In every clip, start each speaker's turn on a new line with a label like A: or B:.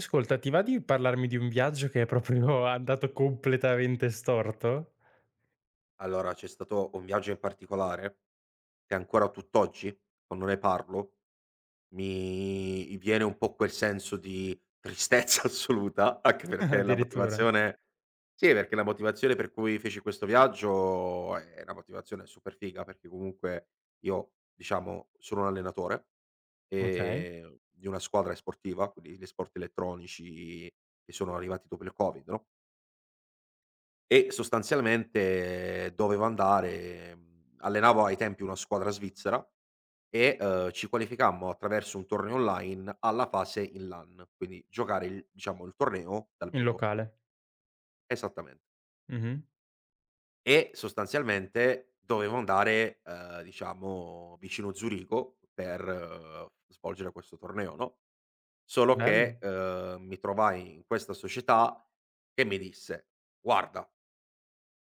A: Ascolta, ti va di parlarmi di un viaggio che è proprio andato completamente storto?
B: Allora, c'è stato un viaggio in particolare che ancora tutt'oggi, quando ne parlo, mi viene un po' quel senso di tristezza assoluta, anche
A: Ah,
B: perché la
A: addirittura?
B: motivazione sì, perché la motivazione per cui feci questo viaggio è una motivazione super figa, perché comunque io, diciamo, sono un allenatore,
A: Okay,
B: di una squadra sportiva, quindi gli sport elettronici che sono arrivati dopo il Covid, no? E sostanzialmente dovevo andare allenavo ai tempi una squadra svizzera e, ci qualificammo attraverso un torneo online alla fase in LAN, quindi giocare il diciamo il torneo dal
A: in
B: vivo,
A: locale.
B: esattamente.
A: Mh-mh.
B: E sostanzialmente dovevo andare, diciamo vicino Zurigo per svolgere questo torneo, no, solo
A: Bello.
B: che, mi trovai in questa società che mi disse: "Guarda,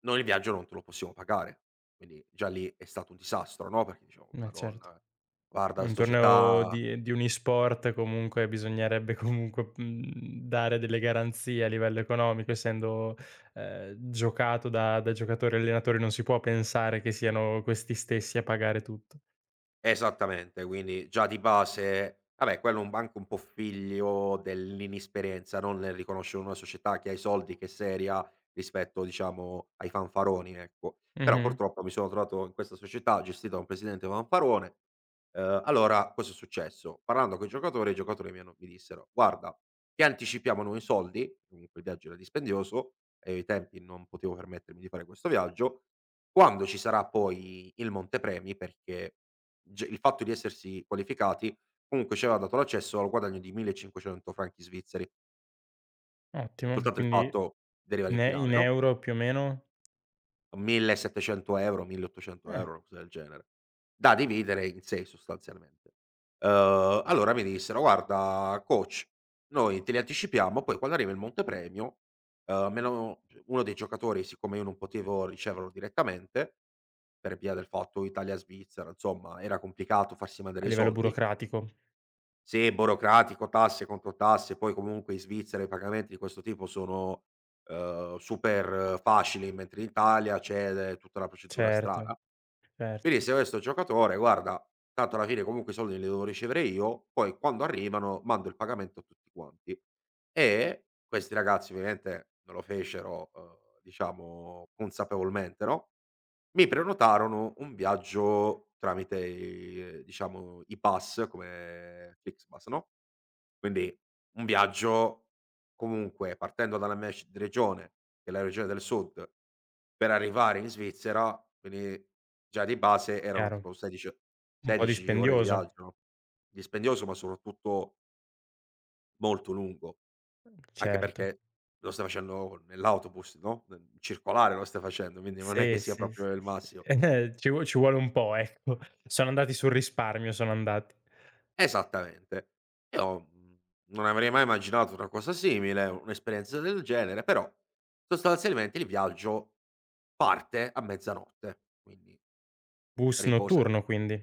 B: noi il viaggio non te lo possiamo pagare", quindi già lì è stato un disastro, no, perché dicevo:
A: Certo.
B: "Madonna, guarda la
A: Un torneo
B: società".
A: di un e-sport comunque bisognerebbe comunque, dare delle garanzie a livello economico, essendo, giocato da giocatori e allenatori, non si può pensare che siano questi stessi a pagare tutto.
B: Esattamente, quindi già di base vabbè quello è un anche un po' figlio dell'inesperienza, non nel riconoscere una società che ha i soldi, che è seria, rispetto diciamo ai fanfaroni, ecco. Però
A: Mh-mh.
B: purtroppo mi sono trovato in questa società gestita da un presidente fanfarone, allora cosa è successo: parlando coi giocatori, i giocatori mi dissero: "Guarda, ti anticipiamo noi i soldi", comunque il viaggio era dispendioso e ai tempi non potevo permettermi di fare questo viaggio, "quando ci sarà poi il montepremi", perché G il fatto di essersi qualificati comunque ci aveva dato l'accesso al guadagno di 1500 franchi svizzeri,
A: Ottimo.
B: soltanto il
A: Quindi
B: fatto di arrivare in finale,
A: in
B: no,
A: euro più o meno?
B: 1.700 €,
A: Eh.
B: 1.800 €, una cosa del genere, da dividere in 6 sostanzialmente. Allora mi dissero: "Guarda coach, noi te li anticipiamo, poi quando arriva il montepremio, me lo" uno dei giocatori, siccome io non potevo riceverlo direttamente, per via del fatto Italia-Svizzera, insomma era complicato farsi mandare
A: A
B: i
A: livello
B: soldi.
A: burocratico,
B: Sì, burocratico, tasse contro tasse, poi comunque in Svizzera i pagamenti di questo tipo sono, super facili, mentre in Italia c'è tutta una procedura strana.
A: certo, certo,
B: Quindi se questo giocatore: "Guarda, tanto alla fine comunque i soldi li devo ricevere io, poi quando arrivano mando il pagamento a tutti quanti". E questi ragazzi ovviamente non lo fecero, diciamo consapevolmente, no, mi prenotarono un viaggio tramite i diciamo i pass come FlixBus, no? Quindi un viaggio comunque partendo dalla mia c regione, che è la regione del sud, per arrivare in Svizzera, quindi già di base erano
A: chiaro.
B: tipo 16 o
A: Un po'
B: 16 ore di
A: dispendioso,
B: viaggio, dispendioso ma soprattutto molto lungo, anche
A: certo.
B: perché lo stai facendo nell'autobus, no, nel circolare lo stai facendo, quindi non è che
A: Sì,
B: sia
A: sì, sì,
B: proprio il
A: sì.
B: massimo.
A: Ci vuole un po', ecco. Sono andati sul risparmio, sono andati.
B: Esattamente. Io, non avrei mai immaginato una cosa simile, un'esperienza del genere, però sostanzialmente il viaggio parte a mezzanotte, quindi
A: Bus
B: riposati
A: notturno quindi.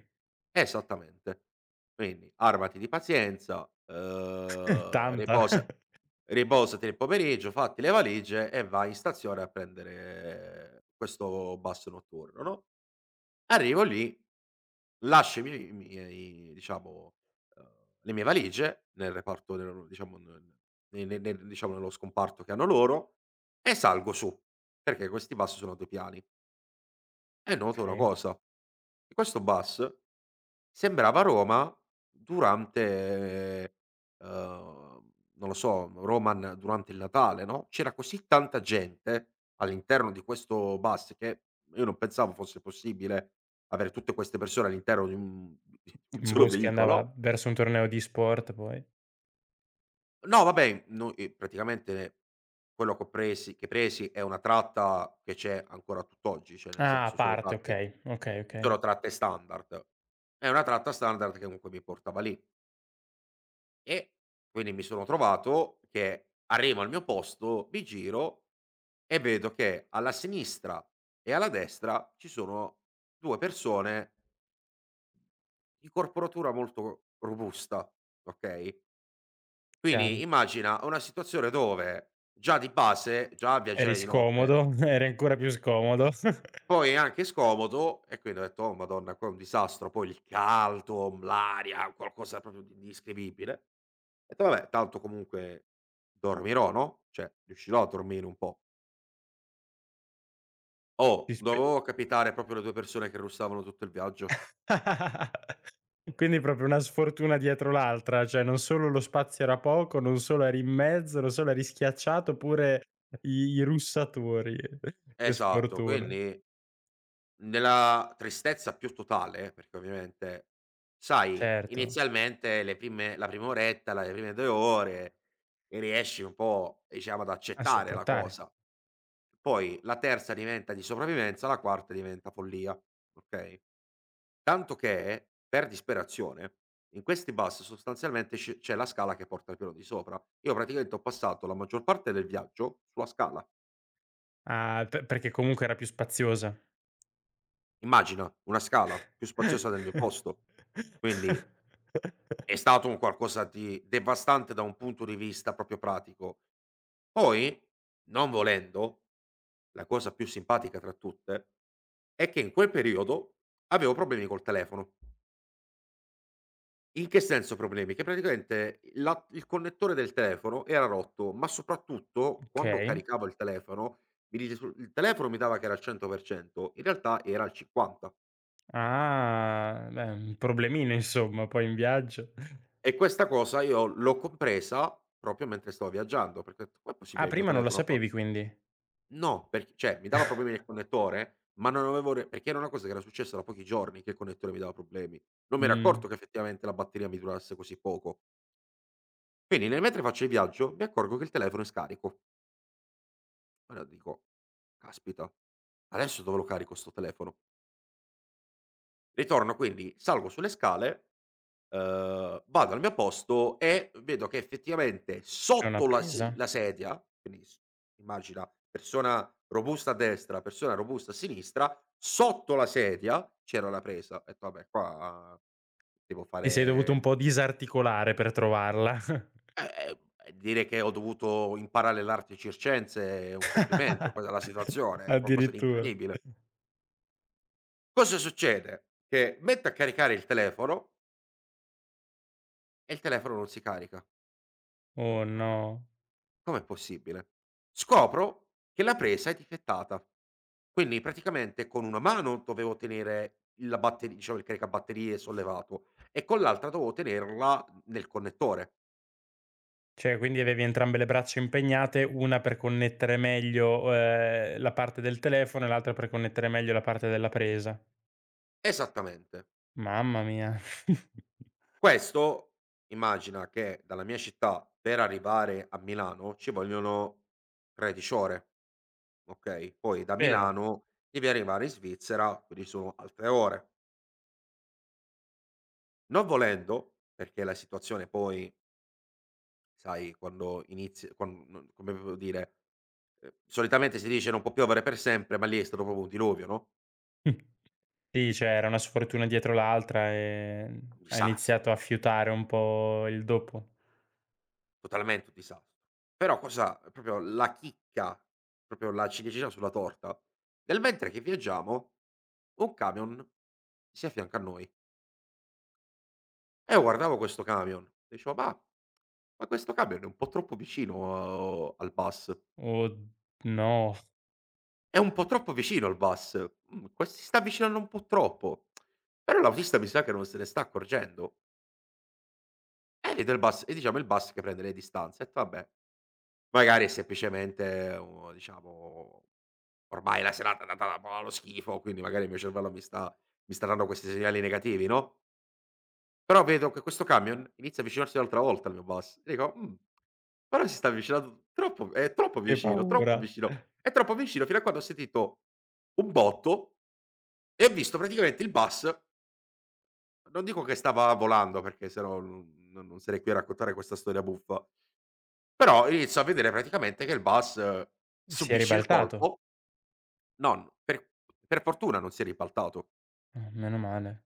B: esattamente. Quindi armati di pazienza,
A: Tanta.
B: riposati nel pomeriggio, fatti le valigie e vai in stazione a prendere questo bus notturno, no, arrivo lì. Lascio i miei diciamo, uhm, le mie valigie nel reparto nel diciamo nel ne ne nel diciamo nello scomparto che hanno loro e salgo su, perché questi bus sono a 2 piani. E noto una
A: Okay.
B: cosa, che questo bus sembrava Roma durante, non lo so, Roman durante il Natale, no, c'era così tanta gente all'interno di questo bus che io non pensavo fosse possibile avere tutte queste persone all'interno di un
A: Un
B: solo
A: bus che andava
B: veicolo.
A: verso un torneo di sport poi.
B: No, vabbè, no praticamente quello che ho presi è una tratta che c'è ancora tutt'oggi, cioè nel
A: Ah, a
B: senso sono
A: parte,
B: tratte.
A: okay, okay, okay,
B: Sono tratte standard. È una tratta standard che comunque mi portava lì e quindi mi sono trovato che arrivo al mio posto, mi giro e vedo che alla sinistra e alla destra ci sono 2 persone di corporatura molto robusta, okay, quindi
A: chiaro.
B: immagina una situazione dove già di base, già a
A: Eri
B: viaggiare di notte.
A: scomodo, eri ancora più scomodo.
B: Poi è anche scomodo e quindi ho detto: "Oh madonna qua è un disastro". Poi il caldo, l'aria, qualcosa proprio di indescrivibile. Ho detto: "Vabbè tanto comunque dormirò, no, cioè riuscirò a dormire un po'".
A: Ti
B: Oh,
A: spe
B: dovevo capitare proprio le 2 persone che russavano tutto il viaggio.
A: Quindi proprio una sfortuna dietro l'altra, cioè non solo lo spazio era poco, non solo eri in mezzo, non solo eri schiacciato, pure i russatori. Che
B: Esatto,
A: sfortuna.
B: quindi nella tristezza più totale, perché ovviamente sai
A: Certo,
B: inizialmente le prime la prima oretta, la le prime 2 ore riesci un po', diciamo, ad
A: a
B: accettare la
A: sopportare.
B: cosa. Poi la terza diventa di sopravvivenza, la quarta diventa follia, okay, tanto che per disperazione in questi bus sostanzialmente sce c'è la scala che porta al piano di sopra. Io praticamente ho passato la maggior parte del viaggio sulla scala.
A: Ah, pe perché comunque era più spaziosa.
B: Immagina una scala più spaziosa del mio posto. Quindi è stato un qualcosa di devastante da un punto di vista proprio pratico. Poi, non volendo, la cosa più simpatica tra tutte è che in quel periodo avevo problemi col telefono. In che senso problemi? Che praticamente la il connettore del telefono era rotto, ma soprattutto quando
A: Okay.
B: caricavo il telefono, mi dice sul il telefono mi dava che era al 100%, in realtà era al 50.
A: Ah, beh, un problemino insomma poi in viaggio.
B: E questa cosa io l'ho compresa proprio mentre stavo viaggiando, perché ho detto: "Com'è
A: Ah,
B: possibile, il mio
A: prima non lo
B: telefono ha fatto".
A: sapevi quindi?
B: No, perch cioè mi dava problemi nel connettore, ma non avevo re perché era una cosa che era successa da pochi giorni che il connettore mi dava problemi. Non mi ero
A: Mh,
B: accorto che effettivamente la batteria mi durasse così poco. Quindi nel mentre faccio il viaggio, mi accorgo che il telefono è scarico. Allora dico: "Caspita, adesso dove lo carico 'sto telefono?". Ritorno quindi, salgo sulle scale, vado al mio posto e vedo che effettivamente
A: c'è una
B: sotto
A: presa.
B: la sedia, quindi s immagina persona robusta a destra, persona robusta a sinistra, sotto la sedia c'era la presa. Ho detto: "Vabbè qua devo
A: Ti sei dovuto
B: fare
A: un
B: l".
A: po' disarticolare per trovarla.
B: eh, ehm, Dire che ho dovuto imparare l'arte circense è un complimento, quella è la situazione, è qualcosa di
A: Addirittura.
B: incredibile. Cosa succede? Che metto a caricare il telefono e il telefono non si carica. E
A: Oh
B: dico: "Ma come,
A: no.
B: com'è possibile?". Scopro che la presa è difettata. Quindi praticamente con una mano dovevo tenere la batteri diciamo il caricabatterie sollevato e con l'altra dovevo tenerla nel connettore.
A: Cioè quindi avevi entrambe le braccia impegnate, una per connettere meglio, la parte del telefono e l'altra per connettere meglio la parte della presa.
B: Esattamente.
A: Mamma mia.
B: Questo, immagina che dalla mia città per arrivare a Milano ci vogliono 13 ore. Okay, poi da
A: Però
B: Milano devi arrivare in Svizzera, quindi sono altre ore. Non volendo, perché la situazione poi sai quando inizi quan non come devo dire, solitamente si dice: "Non può piovere per sempre", ma lì è stato proprio un diluvio, no,
A: sì, cioè era una sfortuna dietro l'altra,
B: un
A: hai
B: disastro,
A: iniziato a fiutare un po' il dopo.
B: totalmente un disastro. Però cosa, proprio la chicca, proprio la ciliegina sulla torta, nel mentre che viaggiamo un camion si affianca a noi. E io guardavo questo camion, dicevo: Ma questo camion è un po' troppo vicino al bus.
A: Oh no,
B: È un po' troppo vicino al bus". Mhmm, que Si sta avvicinando un po' troppo. Però l'autista mi sa che non se ne sta accorgendo. E vede il bus e diciamo il bus che prende le distanze. Ho detto: "Vabbè, magari è semplicemente u diciamo ormai la serata è andata allo schifo, quindi magari il mio cervello mi sta dando questi segnali negativi", no? Però vedo che questo camion inizia a avvicinarsi un'altra volta al mio bus. E dico: però si sta avvicinando troppo, è troppo
A: che
B: vicino, troppo
A: paura.
B: vicino". È troppo vicino fino a quando ho sentito un botto e ho visto praticamente il bus, non dico che stava volando perché se no non sarei qui a raccontare questa storia buffa, però inizio a vedere praticamente che il bus
A: Si è
B: subisce il
A: ribaltato?
B: colpo. Non per Per fortuna non si è ribaltato.
A: Ah, meno male.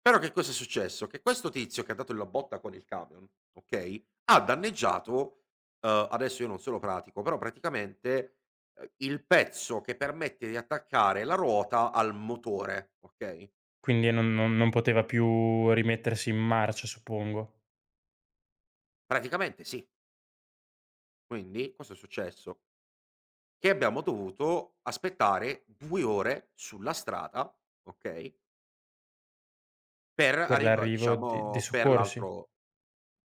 B: Però che cosa è successo? Che questo tizio che ha dato la botta con il camion, okay, ha danneggiato, adesso io non se lo pratico, però praticamente, il pezzo che permette di attaccare la ruota al motore, okay?
A: Quindi non poteva più rimettersi in marcia, suppongo,
B: Praticamente sì. Quindi cosa è successo? Che abbiamo dovuto aspettare 2 ore sulla strada, okay, per
A: per
B: arriva
A: l'arrivo di dei
B: diciamo per
A: soccorsi.
B: l'altro.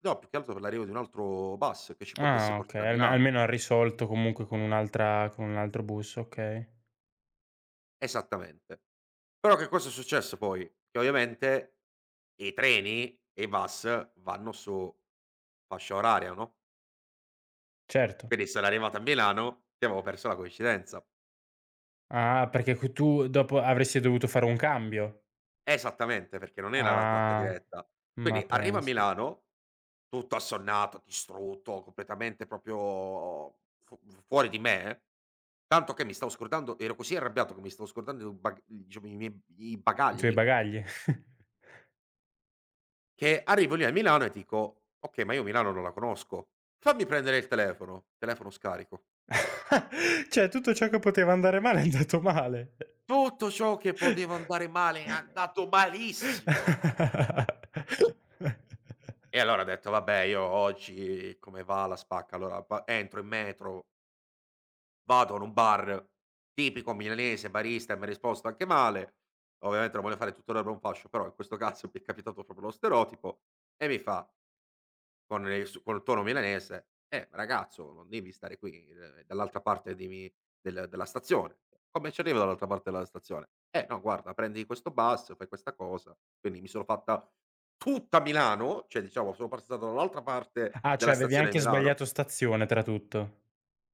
B: No, più che altro per l'arrivo di un altro bus che ci potesse
A: Ah,
B: portare
A: okay,
B: a Milano.
A: almeno ha risolto comunque con un'altra con un altro bus, okay.
B: Esattamente. Però che cosa è successo poi? Che ovviamente i treni e i bus vanno su fascia oraria, no,
A: Certo.
B: quindi sono arrivato a Milano e avevo perso la coincidenza.
A: Ah, perché co tu dopo avresti dovuto fare un cambio.
B: Esattamente, perché non era la tratta
A: Ah,
B: diretta.
A: ma
B: Quindi arrivo a
A: pensa.
B: Milano, tutto assonnato, distrutto, completamente proprio fu fuori di me, tanto che mi stavo scordando ero così arrabbiato che mi stavo scordando i bag diciamo i miei i
A: I tuoi
B: bagagli.
A: bagagli.
B: Che arrivo lì a Milano e dico: "Okay, ma io Milano non la conosco. Fammi prendere il telefono". Telefono scarico.
A: Cioè tutto ciò che poteva andare male è andato male.
B: Tutto ciò che poteva andare male è andato malissimo. E allora ho detto: "Vabbè, io oggi come va la spacca". Allora va, entro in metro, vado in un bar tipico milanese, barista e mi ha risposto anche male. Ovviamente non voglio fare tutto l'erba un fascio, però in questo caso mi è capitato proprio lo stereotipo e mi fa, con il s col tono milanese: ragazzo, non devi stare qui, dall'altra parte di mi del della stazione". "Come ci arrivo dall'altra parte della stazione?" No, guarda, prendi questo bus, fai questa cosa". Quindi mi sono fatta tutta Milano, cioè diciamo sono passato dall'altra parte
A: Ah,
B: della
A: cioè avevi
B: stazione di
A: anche
B: Milano.
A: sbagliato stazione tra tutto.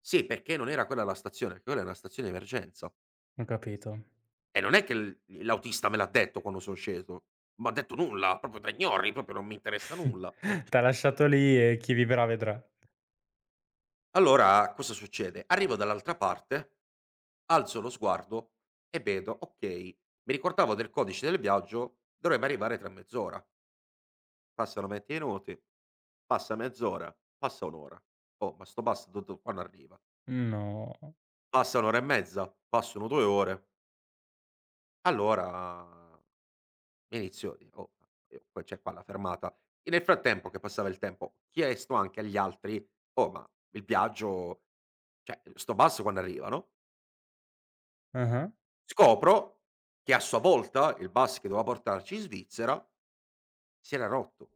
B: Sì, perché non era quella la stazione, perché quella è una stazione di emergenza.
A: Ho capito.
B: E non è che l'autista me l'ha detto quando son sceso, m'ha detto nulla, proprio tra ignori, proprio non mi interessa nulla.
A: T'ha lasciato lì e chi vivrà vedrà.
B: Allora cosa succede: arrivo dall'altra parte, alzo lo sguardo e vedo: okay, mi ricordavo del codice del viaggio, dovrebbe arrivare tra mezz'ora. Passano 20 minuti, passa mezz'ora, passa 1 ora. Oh, ma 'sto bastardo do quando arriva?
A: No.
B: Passa 1 ora e mezza, passano 2 ore. Allora inizio di oh, io qua, c'è qua la fermata. E nel frattempo che passava il tempo, ho chiesto anche agli altri: "Oh, ma il viaggio, cioè, 'sto basso quando arriva, no?".
A: Ah-ah.
B: Scopro che a sua volta il bus che doveva portarci in Svizzera si era rotto.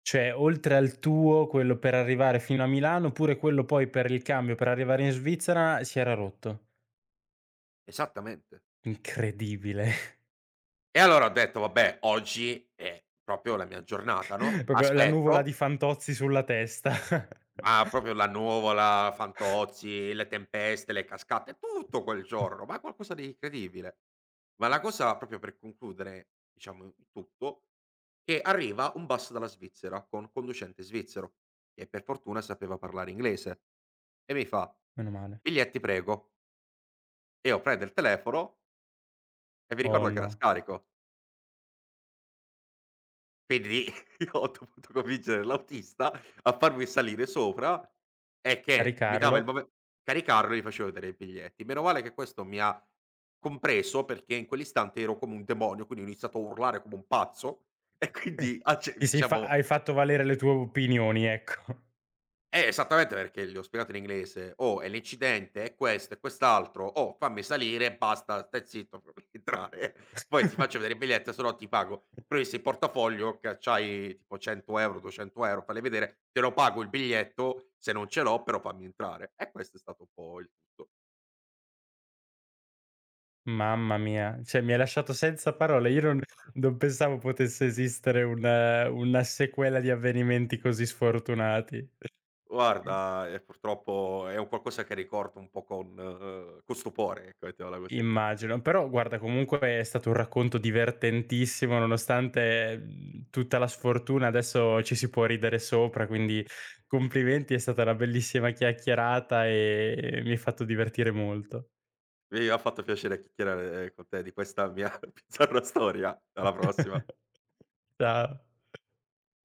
A: Cioè, oltre al tuo, quello per arrivare fino a Milano, pure quello poi per il cambio per arrivare in Svizzera si era rotto.
B: Esattamente.
A: Incredibile.
B: E allora ho detto: "Vabbè, oggi è proprio la mia giornata, no,
A: Proprio la nuvola di
B: aspetto".
A: Fantozzi sulla testa.
B: Ma proprio la nuvola, Fantozzi, le tempeste, le cascate, tutto quel giorno, ma qualcosa di incredibile. Ma la cosa, proprio per concludere, diciamo, il tutto, che arriva un bus dalla Svizzera con conducente svizzero, che per fortuna sapeva parlare inglese e mi fa:
A: Meno male.
B: "Biglietti prego". E io prendo il telefono e mi
A: Oh
B: ricordo che era
A: no,
B: scarico. Quindi lì io ho dovuto convincere l'autista a farmi salire sopra e che mi dava il
A: caricarlo.
B: mome caricarlo e gli facevo vedere i biglietti. Meno male che questo mi ha compreso, perché in quell'istante ero come un demonio, quindi ho iniziato a urlare come un pazzo e quindi acce
A: Ti sei fa
B: diciamo
A: Hai fatto valere le tue opinioni, ecco.
B: esattamente, perché gli ho spiegato in inglese: "Oh, è l'incidente, è questo, è quest'altro. Oh, fammi salire e basta, stai zitto, fammi entrare. Poi ti faccio vedere il biglietto, se no ti pago. Però se in portafoglio che c'hai tipo 100€, 200€, falli vedere, te lo pago il biglietto, se non ce l'ho, però fammi entrare". E questo è stato un po' il tutto.
A: Mamma mia, cioè mi hai lasciato senza parole. Io non Non pensavo potesse esistere un una sequela di avvenimenti così sfortunati.
B: Guarda, purtroppo è un qualcosa che ricordo un po' con stupore, ecco, mettiamola così.
A: Immagino, però guarda comunque è stato un racconto divertentissimo nonostante, tutta la sfortuna, adesso ci si può ridere sopra, quindi complimenti, è stata una bellissima chiacchierata e mi hai fatto divertire molto.
B: Mi ha fatto piacere chiacchierare, con te di questa mia bizzarra storia. Alla prossima.
A: Ciao.